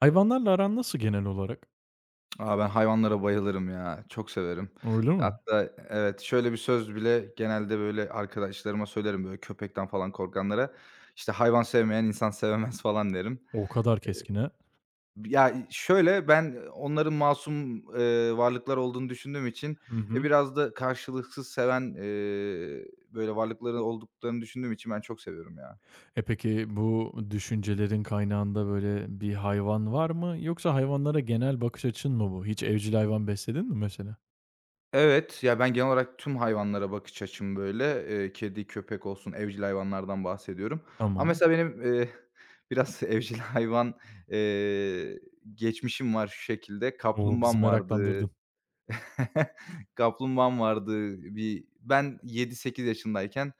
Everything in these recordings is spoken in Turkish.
Hayvanlarla aran nasıl genel olarak? Ben hayvanlara bayılırım ya, çok severim. Öyle mi? Hatta evet, şöyle bir söz bile genelde, böyle, arkadaşlarıma söylerim, böyle, köpekten falan korkanlara, işte, "Hayvan sevmeyen insan sevemez." falan derim. O kadar keskin ha. Ya, şöyle, ben onların masum, varlıklar olduğunu düşündüğüm için, Hı hı. biraz da karşılıksız seven, böyle, varlıkların olduklarını düşündüğüm için ben çok seviyorum ya. Peki bu düşüncelerin kaynağında böyle bir hayvan var mı yoksa hayvanlara genel bakış açın mı bu? Hiç evcil hayvan besledin mi mesela? Evet, ya, ben genel olarak tüm hayvanlara bakış açım böyle. Kedi, köpek olsun, evcil hayvanlardan bahsediyorum. Ama Tamam. mesela benim, biraz evcil hayvan, eee, geçmişim var şu şekilde. O, bizi Kaplumbağam vardı. meraklandırdın. Kaplumbağam vardı. Bir ben yedi sekiz yaşındayken,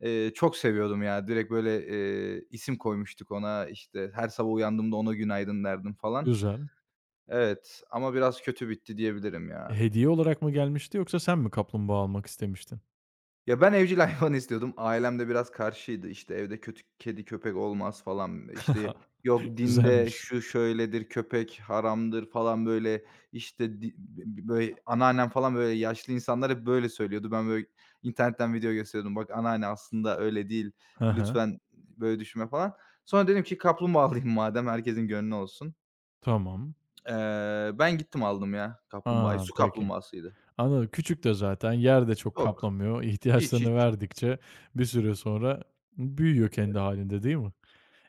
çok seviyordum ya. Direkt böyle, isim koymuştuk ona. İşte, her sabah uyandığımda ona günaydın derdim falan. Güzel. Evet ama biraz kötü bitti diyebilirim ya. Hediye olarak mı gelmişti yoksa sen mi kaplumbağa almak istemiştin? Ya, ben evcil hayvan istiyordum. Ailem de biraz karşıydı. İşte, evde kötü kedi, köpek olmaz falan. İşte, yok dinde Güzelmiş. şu şöyledir, köpek haramdır falan, böyle, işte, di b böyle anneannem falan, böyle, yaşlı insanlar hep böyle söylüyordu. Ben, böyle, internetten video gösteriyordum. "Bak anneanne aslında öyle değil. Hı hı. Lütfen böyle düşünme." falan. Sonra dedim ki kaplumbağa alayım madem herkesin gönlü olsun. Tamam. Ben gittim aldım ya kaplumbağayı. A, Su peki. kaplumbağasıydı. Anladım. Küçük de zaten, yer de çok Yok. kaplamıyor. Hiç, İhtiyaçlarını hiç. verdikçe bir süre sonra büyüyor kendi halinde, değil mi?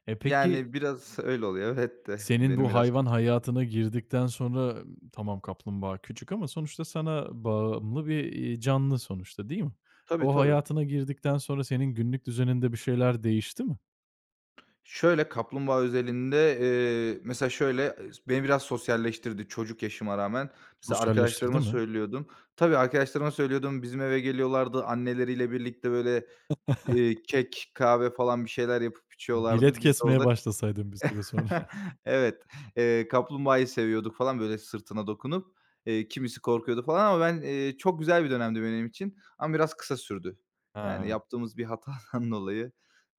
Peki Yani, biraz öyle oluyor, evet de senin benim bu biraz hayvan kötü. hayatına girdikten sonra tamam kaplumbağa küçük ama sonuçta sana bağımlı bir, canlı sonuçta, değil mi? Tabii, O tabii. hayatına girdikten sonra senin günlük düzeninde bir şeyler değişti mi? Şöyle, kaplumbağa özelinde, mesela şöyle, beni biraz sosyalleştirdi çocuk yaşıma rağmen. Mesela Sosyalleştirdi arkadaşlarıma mi? söylüyordum. Tabii, arkadaşlarıma söylüyordum, bizim eve geliyorlardı, anneleriyle birlikte böyle, kek, kahve falan bir şeyler yapıp Bilet içiyorlardı. Biz de kesmeye orada başlasaydın bir süre sonra. Evet, kaplumbağayı seviyorduk falan, böyle, sırtına dokunup. Kimisi korkuyordu falan ama ben, çok güzel bir dönemdi benim için ama biraz kısa sürdü. Yani Ha, yaptığımız bir hatadan dolayı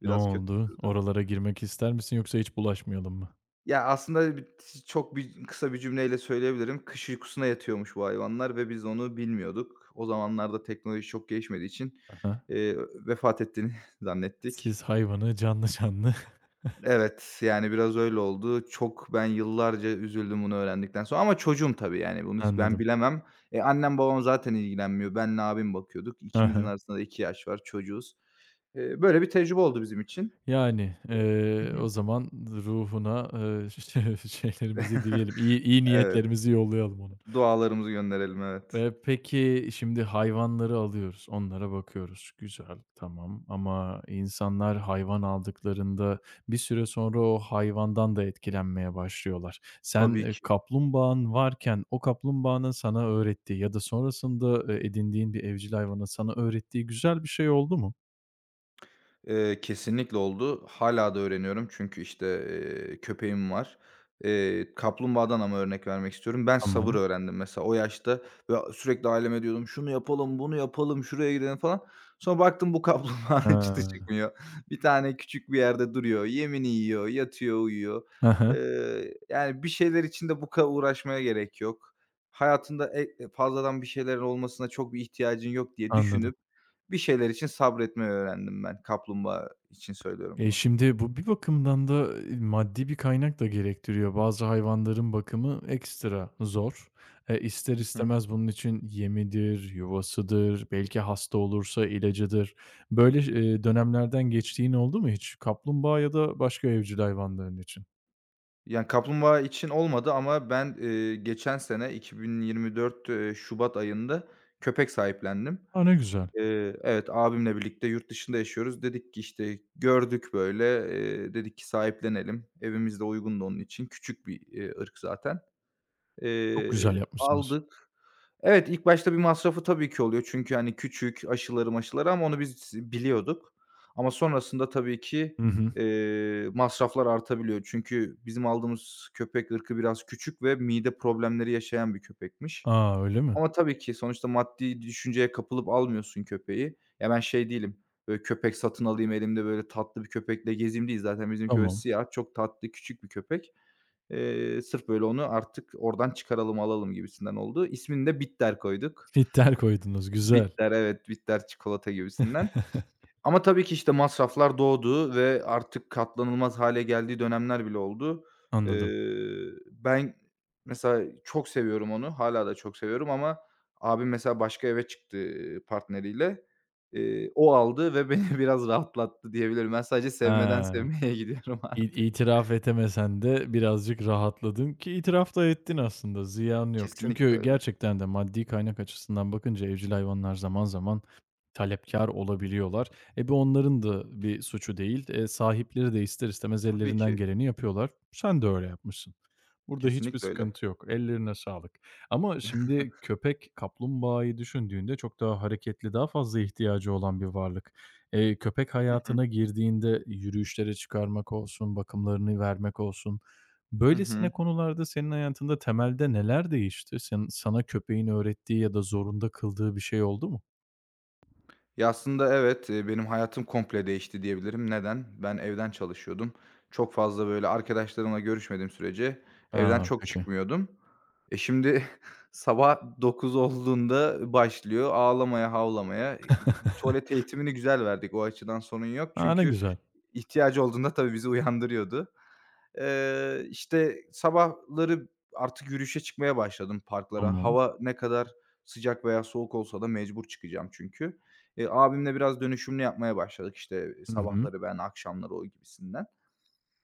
ne biraz kötü oldu? sürdü. Oralara girmek ister misin yoksa hiç bulaşmayalım mı? Ya, aslında çok bir kısa bir cümleyle söyleyebilirim. Kış uykusuna yatıyormuş bu hayvanlar ve biz onu bilmiyorduk. O zamanlarda teknoloji çok gelişmediği için, Hı. eee, vefat ettiğini zannettik. Siz hayvanı canlı canlı Evet, yani biraz öyle oldu. Çok ben yıllarca üzüldüm bunu öğrendikten sonra ama çocuğum tabii, yani, bunu hiç ben Anladım. bilemem. Annem babam zaten ilgilenmiyor. Benle abim bakıyorduk. İkimizin Hı. arasında da 2 yaş var, çocuğuz. Böyle bir tecrübe oldu bizim için. Yani, Hı hı. o zaman ruhuna, şeylerimizi dileyelim, iyi iyi Evet, niyetlerimizi yollayalım ona. dualarımızı gönderelim, evet. Peki, şimdi hayvanları alıyoruz, onlara bakıyoruz. Güzel, tamam ama insanlar hayvan aldıklarında bir süre sonra o hayvandan da etkilenmeye başlıyorlar. Sen, Tabii ki. kaplumbağan varken o kaplumbağanın sana öğrettiği ya da sonrasında, edindiğin bir evcil hayvanın sana öğrettiği güzel bir şey oldu mu? Kesinlikle oldu. Hala da öğreniyorum çünkü, işte, köpeğim var. Kaplumbağadan ama örnek vermek istiyorum. Ben sabır Tamam. öğrendim mesela o yaşta ve sürekli aileme diyordum, "Şunu yapalım, bunu yapalım, şuraya gidelim." falan. Sonra baktım bu kaplumbağanın çıtı Ha. çıkmıyor. Bir tane küçük bir yerde duruyor, yemini yiyor, yatıyor, uyuyor. Hı hı. Yani bir şeyler için de bu kadar uğraşmaya gerek yok. Hayatında fazladan bir şeylerin olmasına çok bir ihtiyacın yok diye Anladım. düşünüp bir şeyler için sabretmeyi öğrendim ben. Kaplumbağa için söylüyorum bunu. Şimdi bu bir bakımdan da, maddi bir kaynak da gerektiriyor. Bazı hayvanların bakımı ekstra zor. İster Hı hı. istemez bunun için yemidir, yuvasıdır, belki hasta olursa ilacıdır. Böyle ş dönemlerden geçtiğin oldu mu hiç? Kaplumbağa ya da başka evcil hayvanların için. Yani kaplumbağa için olmadı ama ben, geçen sene 2024, şubat ayında köpek sahiplendim. A, ne güzel. Evet, abimle birlikte yurt dışında yaşıyoruz. Dedik ki, işte, gördük böyle, dedik ki sahiplenelim. Evimiz de uygundu onun için. Küçük bir, ırk zaten. Çok güzel yapmışsınız. Aldık. Evet, ilk başta bir masrafı tabii ki oluyor. Çünkü, hani, küçük aşıları maşıları ama onu biz biliyorduk. Ama sonrasında tabii ki, Hı hı. Masraflar artabiliyor. Çünkü bizim aldığımız köpek ırkı biraz küçük ve mide problemleri yaşayan bir köpekmiş. A, öyle mi? Ama tabii ki sonuçta maddi düşünceye kapılıp almıyorsun köpeği. Ya, ben şey değilim, böyle, köpek satın alayım, elimde, böyle, tatlı bir köpekle gezeyim değil zaten bizimki, böyle, Tamam. siyah, çok tatlı, küçük bir köpek. Sırf, böyle, onu artık oradan çıkaralım, alalım gibisinden oldu. İsmini de Bitter koyduk. Filtreler koydunuz. Güzel. Bitter, evet, Bitter çikolata gibisinden. Ama tabii ki, işte, masraflar doğdu ve artık katlanılmaz hâle geldiği dönemler bile oldu. Anladım. Ben mesela çok seviyorum onu, hâlâ da çok seviyorum ama abim mesela başka eve çıktı, partneriyle. O aldı ve beni biraz rahatlattı diyebilirim. Ben sadece sevmeden He. sevmeye gidiyorum İ artık. itiraf edemesen de birazcık rahatladın ki itiraf da ettin aslında, ziyan yok. Çünkü Kesinlikle öyle. gerçekten de maddi kaynak açısından bakınca evcil hayvanlar zaman zaman talepkar olabiliyorlar. Bu onların da bir suçu değil. Sahipleri de ister istemez Tabii ellerinden ki, geleni yapıyorlar. Sen de öyle yapmışsın. Burada hiçbir kesinlikle öyle. sıkıntı yok. Ellerine sağlık. Ama şimdi köpek, kaplumbağayı düşündüğünde çok daha hareketli, daha fazla ihtiyacı olan bir varlık. Köpek Hı hı. hayatına girdiğinde yürüyüşlere çıkarmak olsun, bakımlarını vermek olsun. Hı Böylesine hı. konularda senin hayatında temelde neler değişti? Sana köpeğin öğrettiği ya da zorunda kıldığı bir şey oldu mu? Ya, aslında evet, benim hayatım komple değişti diyebilirim. Neden? Ben evden çalışıyordum. Çok fazla, böyle, arkadaşlarımla görüşmediğim sürece evden A, çok peki. çıkmıyordum. Şimdi sabah 9 olduğunda başlıyor ağlamaya, havlamaya. Tuvalet eğitimini güzel verdik. O açıdan sorun yok. A, ne Çünkü güzel. ihtiyacı olduğunda tabii bizi uyandırıyordu. İşte, sabahları artık yürüyüşe çıkmaya başladım parklara. Tamam. Hava ne kadar sıcak veya soğuk olsa da mecbur çıkacağım çünkü. Abimle biraz dönüşümlü yapmaya başladık, işte, Hı hı. sabahları ben, akşamları o gibisinden.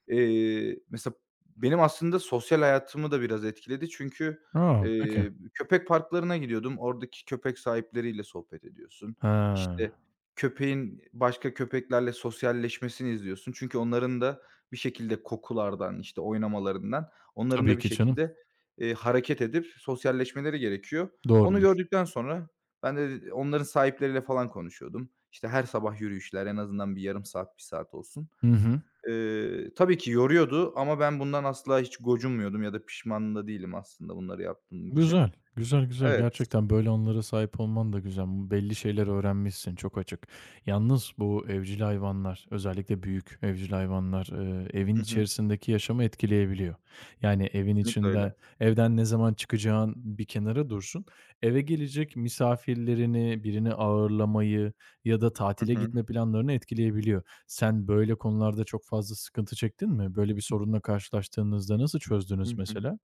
Mesela benim aslında sosyal hayatımı da biraz etkiledi çünkü, A, peki. Köpek parklarına gidiyordum. Oradaki köpek sahipleriyle sohbet ediyorsun. He, İşte, köpeğin başka köpeklerle sosyalleşmesini izliyorsun. Çünkü onların da bir şekilde kokulardan, işte, oynamalarından, onların tabii da bir ki canım. şekilde, hareket edip sosyalleşmeleri gerekiyor. Onu Doğrudur. gördükten sonra ben de onların sahipleriyle falan konuşuyordum. İşte, her sabah yürüyüşler en azından bir yarım saat, bir saat olsun. Hı hı. Tabii ki yoruyordu ama ben bundan asla hiç gocunmuyordum ya da pişman da değilim aslında bunları yaptığım için. Güzel, güzel, güzel. Evet. Gerçekten böyle anlara sahip olman da güzel. Belli şeyler öğrenmişsin, çok açık. Yalnız bu evcil hayvanlar, özellikle büyük evcil hayvanlar, evin Hı hı. içerisindeki yaşamı etkileyebiliyor. Yani evin Kesinlikle içinde, öyle. evden ne zaman çıkacağın bir kenara dursun. Eve gelecek misafirlerini, birini ağırlamayı ya da Hı tatile hı. gitme planlarını etkileyebiliyor. Sen böyle konularda çok fazla sıkıntı çektin mi? Böyle bir sorunla karşılaştığınızda nasıl çözdünüz Hı hı. mesela?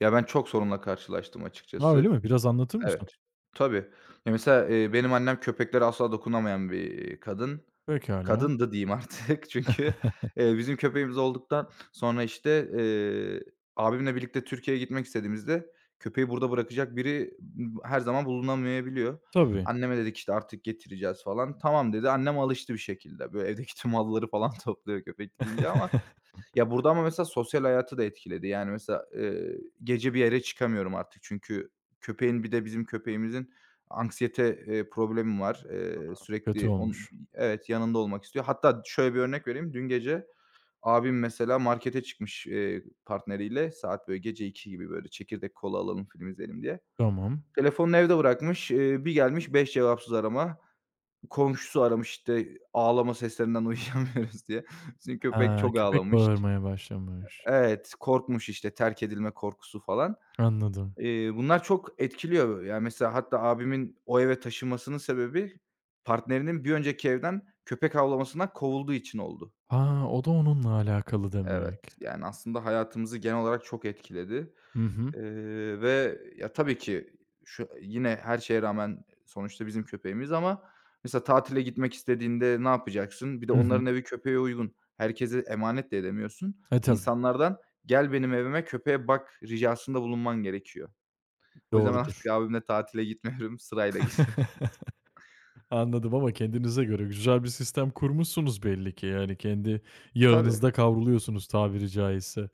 Ya, ben çok sorunla karşılaştım A, öyle açıkçası. mi? Biraz anlatır mısın? Evet. Tabii. Ya, mesela, benim annem köpeklere asla dokunamayan bir kadın. Pekâlâ. Kadındı diyeyim artık çünkü, bizim köpeğimiz olduktan sonra, işte, abimle birlikte Türkiye'ye gitmek istediğimizde köpeği burada bırakacak biri her zaman bulunamayabiliyor. Tabii, Anneme dedik, işte, artık getireceğiz falan. "Tamam." dedi. Annem alıştı bir şekilde. Böyle evdeki tüm halıları falan topluyor köpek gidince ama ya, burada ama mesela sosyal hayatı da etkiledi. Yani, mesela, gece bir yere çıkamıyorum artık çünkü köpeğin bir de bizim köpeğimizin anksiyete, problemi var. Kötü Sürekli olmuş. Evet, yanında olmak istiyor. Hatta şöyle bir örnek vereyim. Dün gece abim mesela markete çıkmış, partneriyle. Saat, böyle, gece iki gibi, böyle, "Çekirdek kola alalım, film izleyelim." diye. Tamam. Telefonunu evde bırakmış. Bir gelmiş 5 cevapsız arama. Komşusu aramış, işte, "Ağlama seslerinden uyuyamıyoruz." diye. Bizim köpek Ha, çok köpek ağlamış. bağırmaya başlamış. Evet, korkmuş işte, terk edilme korkusu falan. Anladım. Bunlar çok etkiliyor. Yani mesela hatta abimin o eve taşınmasının sebebi partnerinin bir önceki evden köpek avlamasından kovulduğu için oldu. Ha, o da onunla alakalı Evet, demek. yani, aslında hayatımızı genel olarak çok etkiledi, Hı hı. Ve ya, tabii ki şu yine her şeye rağmen sonuçta bizim köpeğimiz ama mesela tatile gitmek istediğinde ne yapacaksın? Bir de Hı hı. onların evi köpeğe uygun. Herkese emanet de edemiyorsun. Tabii. İnsanlardan "Gel benim evime, köpeğe bak." ricasında bulunman gerekiyor. O yüzden ben artık Doğrudur. abimle tatile gitmiyorum, sırayla gidiyorum. Anladım ama kendinize göre güzel bir sistem kurmuşsunuz belli ki. Yani kendi Tabii, yağınızda kavruluyorsunuz tabiri caizse.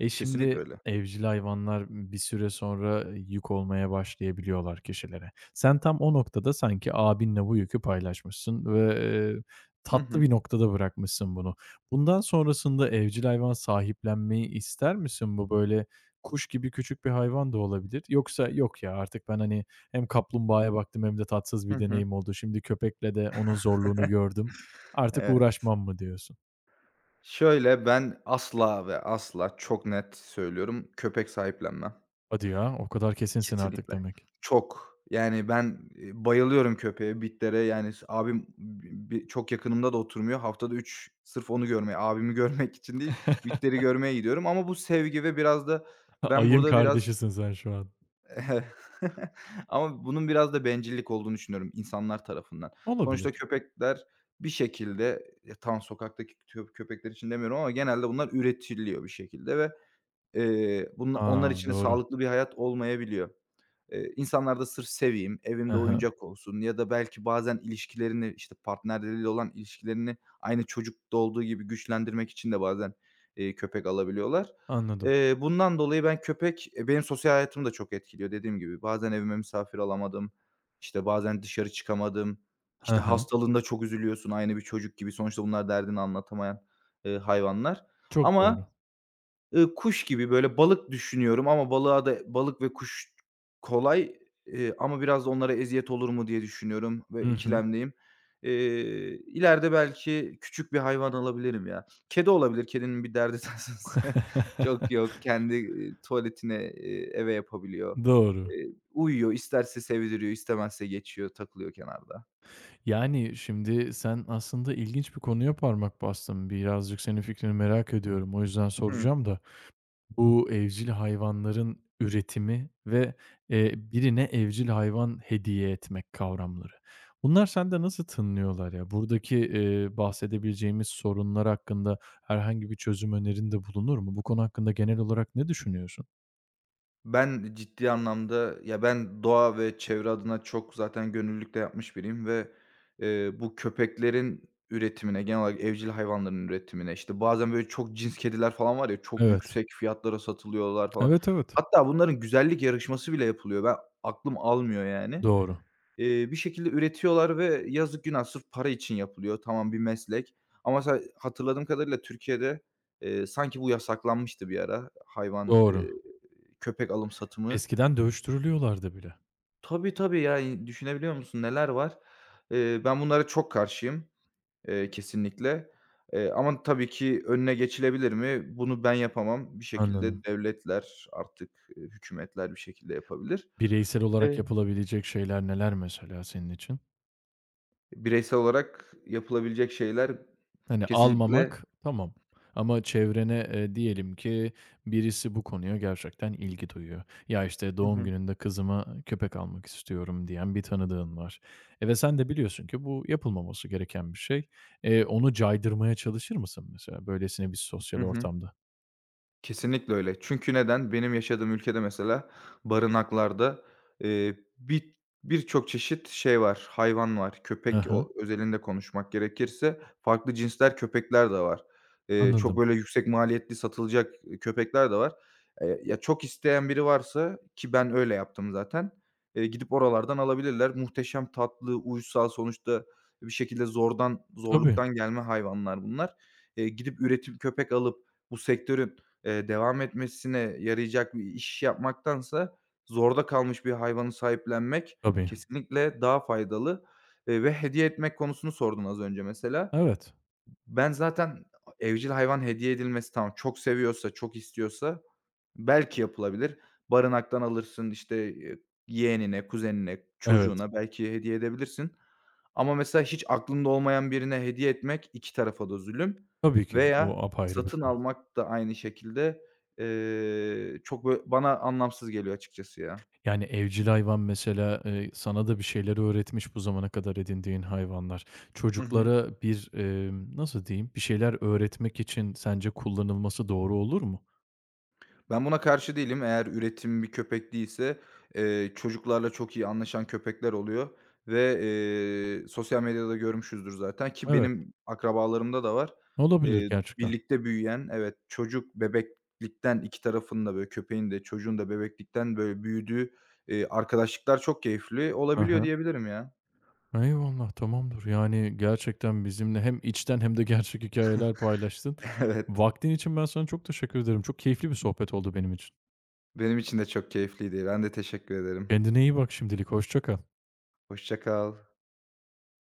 E kesinlikle şimdi öyle. evcil hayvanlar bir süre sonra yük olmaya başlayabiliyorlar kişilere. Sen tam o noktada sanki abinle bu yükü paylaşmışsın ve, eee, Hı tatlı hı. bir noktada bırakmışsın bunu. Bundan sonrasında evcil hayvan sahiplenmeyi ister misin? Bu böyle kuş gibi küçük bir hayvan da olabilir. Yoksa yok ya artık ben hani hem kaplumbağaya baktım hem de tatsız Hı bir hı. deneyim oldu. Şimdi köpekle de onun zorluğunu gördüm. Artık uğraşmam mı diyorsun? Şöyle, ben asla ve asla çok net söylüyorum, köpek sahiplenmem. Hadi ya, o kadar kesinsin artık Kesinlikle. demek. Çok. Yani ben, bayılıyorum köpeğe, bitlere. Yani abim bi bi çok yakınımda da oturmuyor. Haftada 3 sırf onu görmeye, abimi görmek için değil, bitleri görmeye gidiyorum ama bu sevgi ve biraz da ben Ayın burada biraz kardeşisin sen şu an. Ama bunun biraz da bencillik olduğunu düşünüyorum insanlar tarafından. Sonuçta Olabilir. köpekler bir şekilde, ya, tam sokaktaki köpekler için demiyorum ama genelde bunlar üretiliyor bir şekilde ve, bunla onlar A, için de doğru. sağlıklı bir hayat olmayabiliyor. İnsanlar da sırf seveyim, Hı evimde hı. oyuncak olsun ya da belki bazen ilişkilerini, işte, partnerleriyle olan ilişkilerini aynı çocukta olduğu gibi güçlendirmek için de bazen, köpek alabiliyorlar. Anladım. Bundan dolayı ben köpek, benim sosyal hayatımı da çok etkiliyor dediğim gibi. Bazen evime misafir alamadım, işte, bazen dışarı çıkamadım, Hı işte, hı. hastalığında çok üzülüyorsun aynı bir çocuk gibi. Sonuçta bunlar derdini anlatamayan, hayvanlar Çok ama doğru. Kuş gibi, böyle, balık düşünüyorum ama balığa da balık ve kuş kolay, ama biraz da onlara eziyet olur mu diye düşünüyorum ve Hı hı. ikilemdeyim. İleride belki küçük bir hayvan alabilirim ya. Kedi olabilir, kedinin bir derdi tasası çok yok. Kendi, tuvaletine, eve yapabiliyor. Doğru. Uyuyor, isterse sevdiriyor, istemezse geçiyor, takılıyor kenarda. Yani, şimdi sen aslında ilginç bir konuya parmak bastın. Birazcık senin fikrini merak ediyorum. O yüzden Hı. soracağım da bu evcil hayvanların üretimi ve birine evcil hayvan hediye etmek kavramları. Bunlar sende nasıl tınlıyorlar ya? Buradaki, bahsedebileceğimiz sorunlar hakkında herhangi bir çözüm önerinde bulunur mu? Bu konu hakkında genel olarak ne düşünüyorsun? Ben ciddi anlamda ya, ben doğa ve çevre adına çok zaten gönüllülük de yapmış biriyim ve, bu köpeklerin üretimine, genel olarak evcil hayvanların üretimine, işte, bazen böyle çok cins kediler falan var ya, çok Evet. yüksek fiyatlara satılıyorlar falan. Evet, evet. Hatta bunların güzellik yarışması bile yapılıyor. Ben aklım almıyor yani. Doğru, Bir şekilde üretiyorlar ve yazık günah sırf para için yapılıyor. Tamam bir meslek ama hatırladığım kadarıyla Türkiye'de, sanki bu yasaklanmıştı bir ara hayvan, doğru. Köpek alım satımı. Eskiden dövüştürülüyorlardı bile. Tabii, tabii ya, düşünebiliyor musun neler var? Ben bunlara çok karşıyım, kesinlikle. Ama tabii ki önüne geçilebilir mi? Bunu ben yapamam. Bir Anladım. şekilde devletler artık, hükümetler bir şekilde yapabilir. Bireysel olarak Evet. yapılabilecek şeyler neler mesela senin için? Bireysel olarak yapılabilecek şeyler Hani kesinlikle almamak tamam ama çevrene, diyelim ki birisi bu konuya gerçekten ilgi duyuyor. Ya, işte, Hı doğum hı. gününde kızıma köpek almak istiyorum diyen bir tanıdığın var, ve sen de biliyorsun ki bu yapılmaması gereken bir şey. Onu caydırmaya çalışır mısın mesela böylesine bir sosyal Hı hı. ortamda? Kesinlikle öyle. Çünkü neden? Benim yaşadığım ülkede mesela barınaklarda, birçok çeşit şey var, hayvan var. Köpek Hı o özelinde konuşmak gerekirse farklı cinsler köpekler de var. Çok anladım. böyle yüksek maliyetli satılacak, köpekler de var. Ya, çok isteyen biri varsa ki ben öyle yaptım zaten, gidip oralardan alabilirler. Muhteşem tatlı, uysal sonuçta bir şekilde zordan Tabii, zorluktan gelme hayvanlar bunlar. Gidip üretim köpek alıp bu sektörün devam etmesine yarayacak bir iş yapmaktansa zorda kalmış bir hayvanı sahiplenmek tabii. kesinlikle daha faydalı, ve hediye etmek konusunu sordun az önce mesela. Evet, Ben zaten evcil hayvan hediye edilmesi tamam, çok seviyorsa, çok istiyorsa belki yapılabilir. Barınaktan alırsın, işte, yeğenine, kuzenine, evet. çocuğuna belki hediye edebilirsin. Ama mesela hiç aklında olmayan birine hediye etmek 2 tarafa da zulüm Tabii ki. veya O apayrı bir satın konu. almak da aynı şekilde, çok bana anlamsız geliyor açıkçası ya. Yani, evcil hayvan mesela, sana da bir şeyleri öğretmiş bu zamana kadar edindiğin hayvanlar. Hı hı. Çocuklara bir, nasıl diyeyim, bir şeyler öğretmek için sence kullanılması doğru olur mu? Ben buna karşı değilim. Eğer üretim bir köpek değilse, çocuklarla çok iyi anlaşan köpekler oluyor ve, sosyal medyada görmüşüzdür zaten ki Evet, benim akrabalarımda da var. olabilir Eee, gerçekten. Birlikte büyüyen, evet, çocuk bebeklikten 2 tarafın da böyle köpeğin de çocuğun da bebeklikten böyle büyüdüğü, arkadaşlıklar çok keyifli olabiliyor Aha. diyebilirim ya. Eyvallah, tamamdır. Yani, gerçekten bizimle hem içten hem de gerçek hikayeler paylaştın. Evet, Vaktin için ben sana çok teşekkür ederim. Çok keyifli bir sohbet oldu benim için. benim için de çok keyifliydi. Ben de teşekkür ederim. Kendine iyi bak şimdilik, hoşça kal. Hoşça kal.